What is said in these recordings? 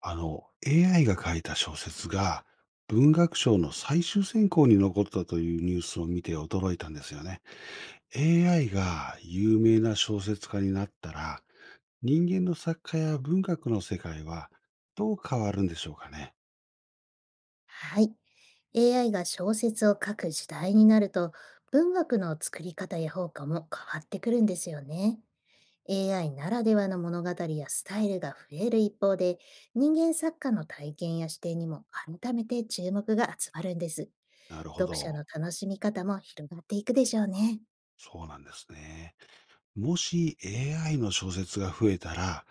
AI が書いた小説が文学賞の最終選考に残ったというニュースを見て驚いたんですよね。AI が有名な小説家になったら、人間の作家や文学の世界はどう変わるんでしょうかね。はい。AI が小説を書く時代になると、文学の作り方や評価も変わってくるんですよね。AI ならではの物語やスタイルが増える一方で、人間作家の体験や視点にも改めて注目が集まるんです。なるほ読者ど。の楽しみ方も広がっていくでしょうね。そうなんですね。もし AI の小説が増えたら、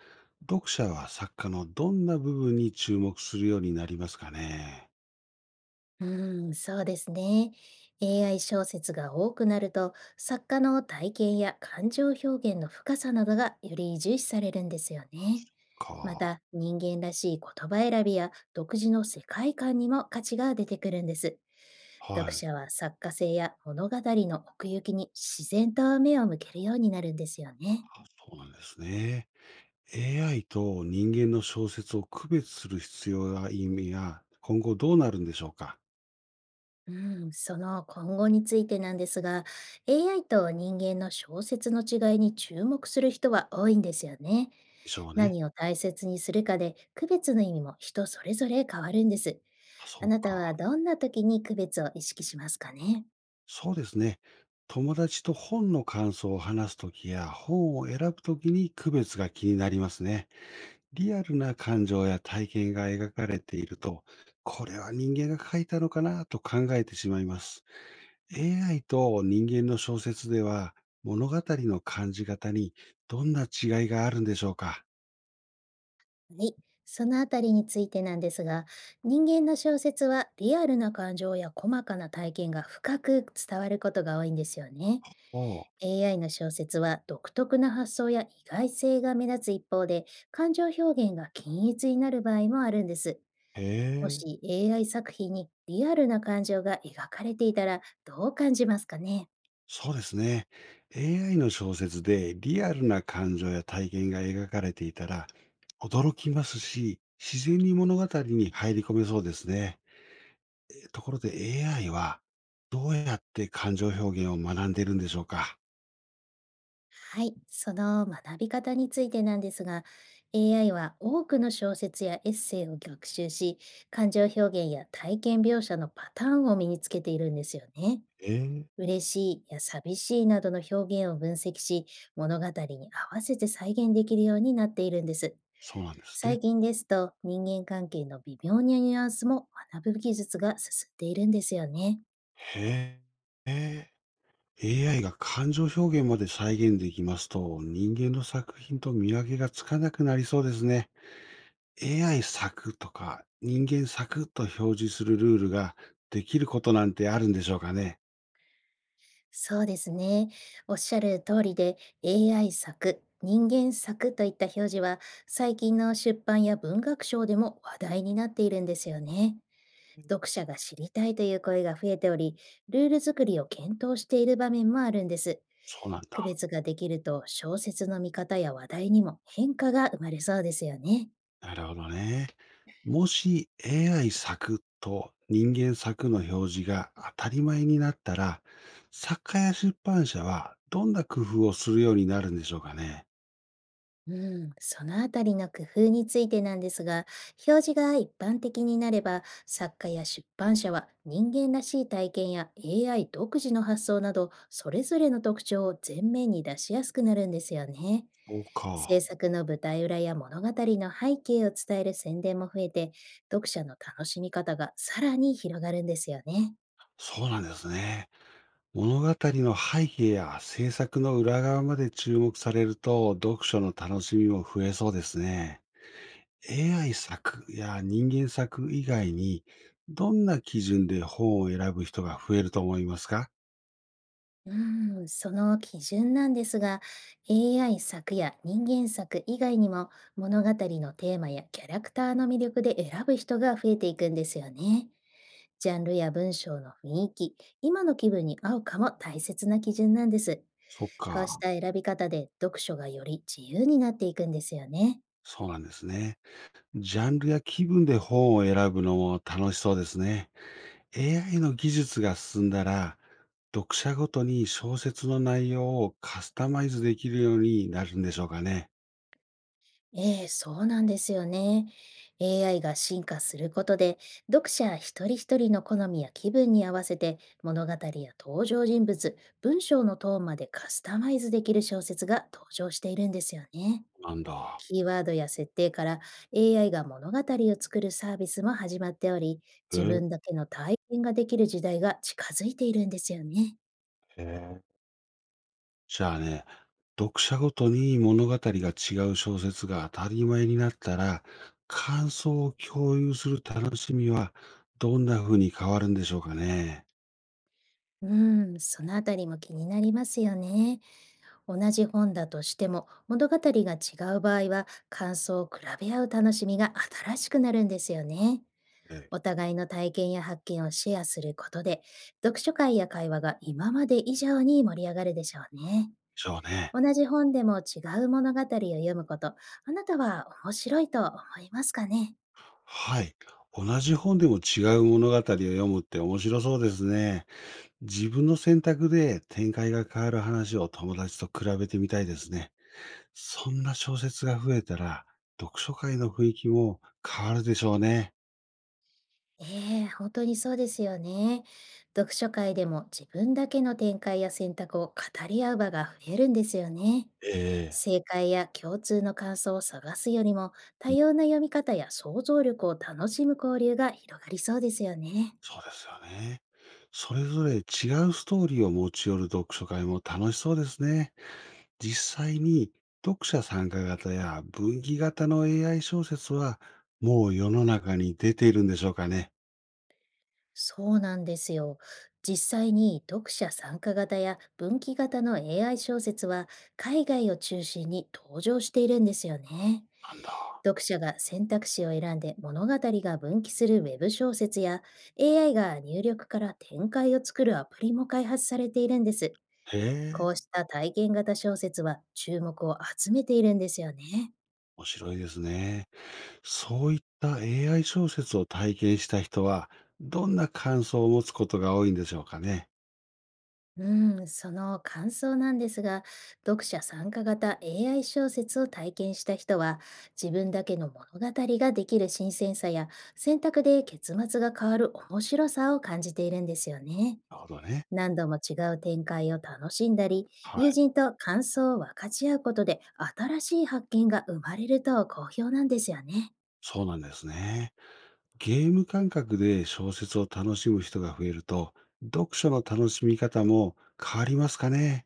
読者は作家のどんな部分に注目するようになりますかね。うん、そうですね。AI 小説が多くなると、作家の体験や感情表現の深さなどがより重視されるんですよね。まか。た、人間らしい言葉選びや独自の世界観にも価値が出てくるんです。読はい。者は作家性や物語の奥行きに自然と目を向けるようになるんですよね。あ、そうなんですね。AI と人間の小説を区別する必要や意味や、今後どうなるんでしょうか？うん、その今後についてなんですが、AI と人間の小説の違いに注目する人は多いんですよね。でしょうね。何を大切にするかで、区別の意味も人それぞれ変わるんです。あ、あそなうたはか。どんな時に区別を意識しますかね？そうですね。友達と本の感想を話すときや、本を選ぶときに区別が気になりますね。リアルな感情や体験が描かれていると、これは人間が書いたのかなと考えてしまいます。AI と人間の小説では、物語の感じ方にどんな違いがあるんでしょうか？はい。そのあたりについてなんですが、人間の小説はリアルな感情や細かな体験が深く伝わることが多いんですよね。おお。AI の小説は独特な発想や意外性が目立つ一方で、感情表現が均一になる場合もあるんです。へもえ、し AI 作品にリアルな感情が描かれていたらどう感じますかね？そうですね。AI の小説でリアルな感情や体験が描かれていたら、驚きますし、自然に物語に入り込めそうですね。ところで AI は、どうやって感情表現を学んでいるんでしょうか。はい、その学び方についてなんですが、AI は多くの小説やエッセイを学習し、感情表現や体験描写のパターンを身につけているんですよね。ええ、嬉しいや寂しいなどの表現を分析し、物語に合わせて再現できるようになっているんです。そうなんです最ね。近ですと人間関係の微妙なニュアンスも学ぶ技術が進んでいるんですよね。へえ。AI が感情表現まで再現できますと、人間の作品と見分けがつかなくなりそうですね。AI 作とか、人間作と表示するルールができることなんてあるんでしょうかね？そうですね。おっしゃる通りで AI 作、人間作といった表示は最近の出版や文学賞でも話題になっているんですよね。読者が知りたいという声が増えており、ルール作りを検討している場面もあるんです。そうなん区だ。別ができると小説の見方や話題にも変化が生まれそうですよね。なるほどね。もし AI 作と人間作の表示が当たり前になったら、作家や出版社はどんな工夫をするようになるんでしょうかね？うん、そのあたりの工夫についてなんですが、表示が一般的になれば、作家や出版社は人間らしい体験や AI 独自の発想など、それぞれの特徴を前面に出しやすくなるんですよね。そう制か。作の舞台裏や物語の背景を伝える宣伝も増えて、読者の楽しみ方がさらに広がるんですよね。そうなんですね。物語の背景や制作の裏側まで注目されると、読書の楽しみも増えそうですね。AI 作や人間作以外に、どんな基準で本を選ぶ人が増えると思いますか。うーん、その基準なんですが、AI 作や人間作以外にも物語のテーマやキャラクターの魅力で選ぶ人が増えていくんですよね。ジャンルや文章の雰囲気、今の気分に合うかも大切な基準なんです。そっこうしか。た選び方で読書がより自由になっていくんですよね。そうなんですね。ジャンルや気分で本を選ぶのも楽しそうですね。AI の技術が進んだら、読者ごとに小説の内容をカスタマイズできるようになるんでしょうかね。ええ、そうなんですよね。AI が進化することで、読者一人一人の好みや気分に合わせて、物語や登場人物、文章のトーンまでカスタマイズできる小説が登場しているんですよね。なんだ。キーワードや設定から AI が物語を作るサービスも始まっており、自え分だけの体験ができる時代が近づいているんですよね。え、じゃあね、読者ごとに物語が違う小説が当たり前になったら、感想を共有する楽しみはどんな風に変わるんでしょうかね。うん、そのあたりも気になりますよね。同じ本だとしても物語が違う場合は感想を比べ合う楽しみが新しくなるんですよね。ええ、でお互いの体験や発見をシェアすることで読書会や会話が今まで以上に盛り上がるでしょうね。しょうね。同じ本でも違う物語を読むこと、あなたは面白いと思いますかね？はい。同じ本でも違う物語を読むって面白そうですね。自分の選択で展開が変わる話を友達と比べてみたいですね。そんな小説が増えたら、読書会の雰囲気も変わるでしょうね。ええ、本当にそうですよね。読書会でも自分だけの展開や選択を語り合う場が増えるんですよね。ええ、正解や共通の感想を探すよりも、多様な読み方や想像力を楽しむ交流が広がりそうですよね。そうですよね。それぞれ違うストーリーを持ち寄る読書会も楽しそうですね。実際に読者参加型や分岐型の AI 小説はもう世の中に出ているんでしょうかね。そうなんですよ。実際に読者参加型や分岐型の AI 小説は海外を中心に登場しているんですよね。なんだ。読者が選択肢を選んで物語が分岐するウェブ小説や AI が入力から展開を作るアプリも開発されているんです。へこうえ、した体験型小説は注目を集めているんですよね。面白いですね。そういった AI 小説を体験した人はどんな感想を持つことが多いんでしょうかね。うん、その感想なんですが、読者参加型 AI 小説を体験した人は、自分だけの物語ができる新鮮さや、選択で結末が変わる面白さを感じているんですよね。なるほどね。何度も違う展開を楽しんだり、は友い。人と感想を分かち合うことで新しい発見が生まれると好評なんですよね。そうなんですね。ゲーム感覚で小説を楽しむ人が増えると、読書の楽しみ方も変わりますかね。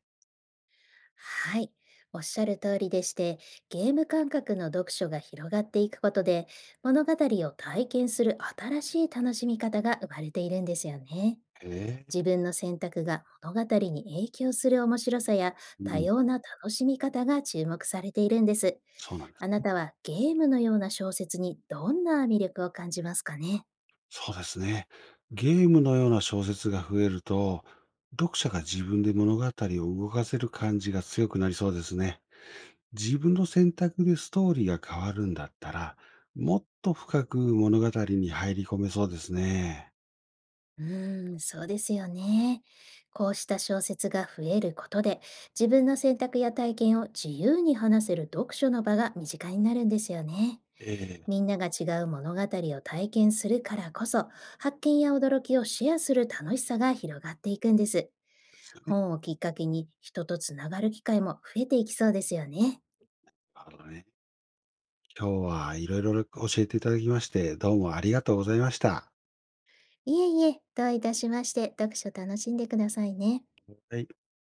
はい。おっしゃる通りでして、ゲーム感覚の読書が広がっていくことで、物語を体験する新しい楽しみ方が生まれているんですよね。ええ、自分の選択が物語に影響する面白さやう多ん、様な楽しみ方が注目されているんです。そうなんですあなね。たはゲームのような小説にどんな魅力を感じますかね？そうですね。ゲームのような小説が増えると、読者が自分で物語を動かせる感じが強くなりそうですね。自分の選択でストーリーが変わるんだったら、もっと深く物語に入り込めそうですね。うーん、そうですよね。こうした小説が増えることで、自分の選択や体験を自由に話せる読書の場が身近になるんですよね。ええ、みんなが違う物語を体験するからこそ、発見や驚きをシェアする楽しさが広がっていくんです。そうですよね。本をきっかけに人とつながる機会も増えていきそうですよね。なるほどね。今日はいろいろ教えていただきまして、どうもありがとうございました。いえいえ、どういたしまして、読書楽しんでくださいね。はい。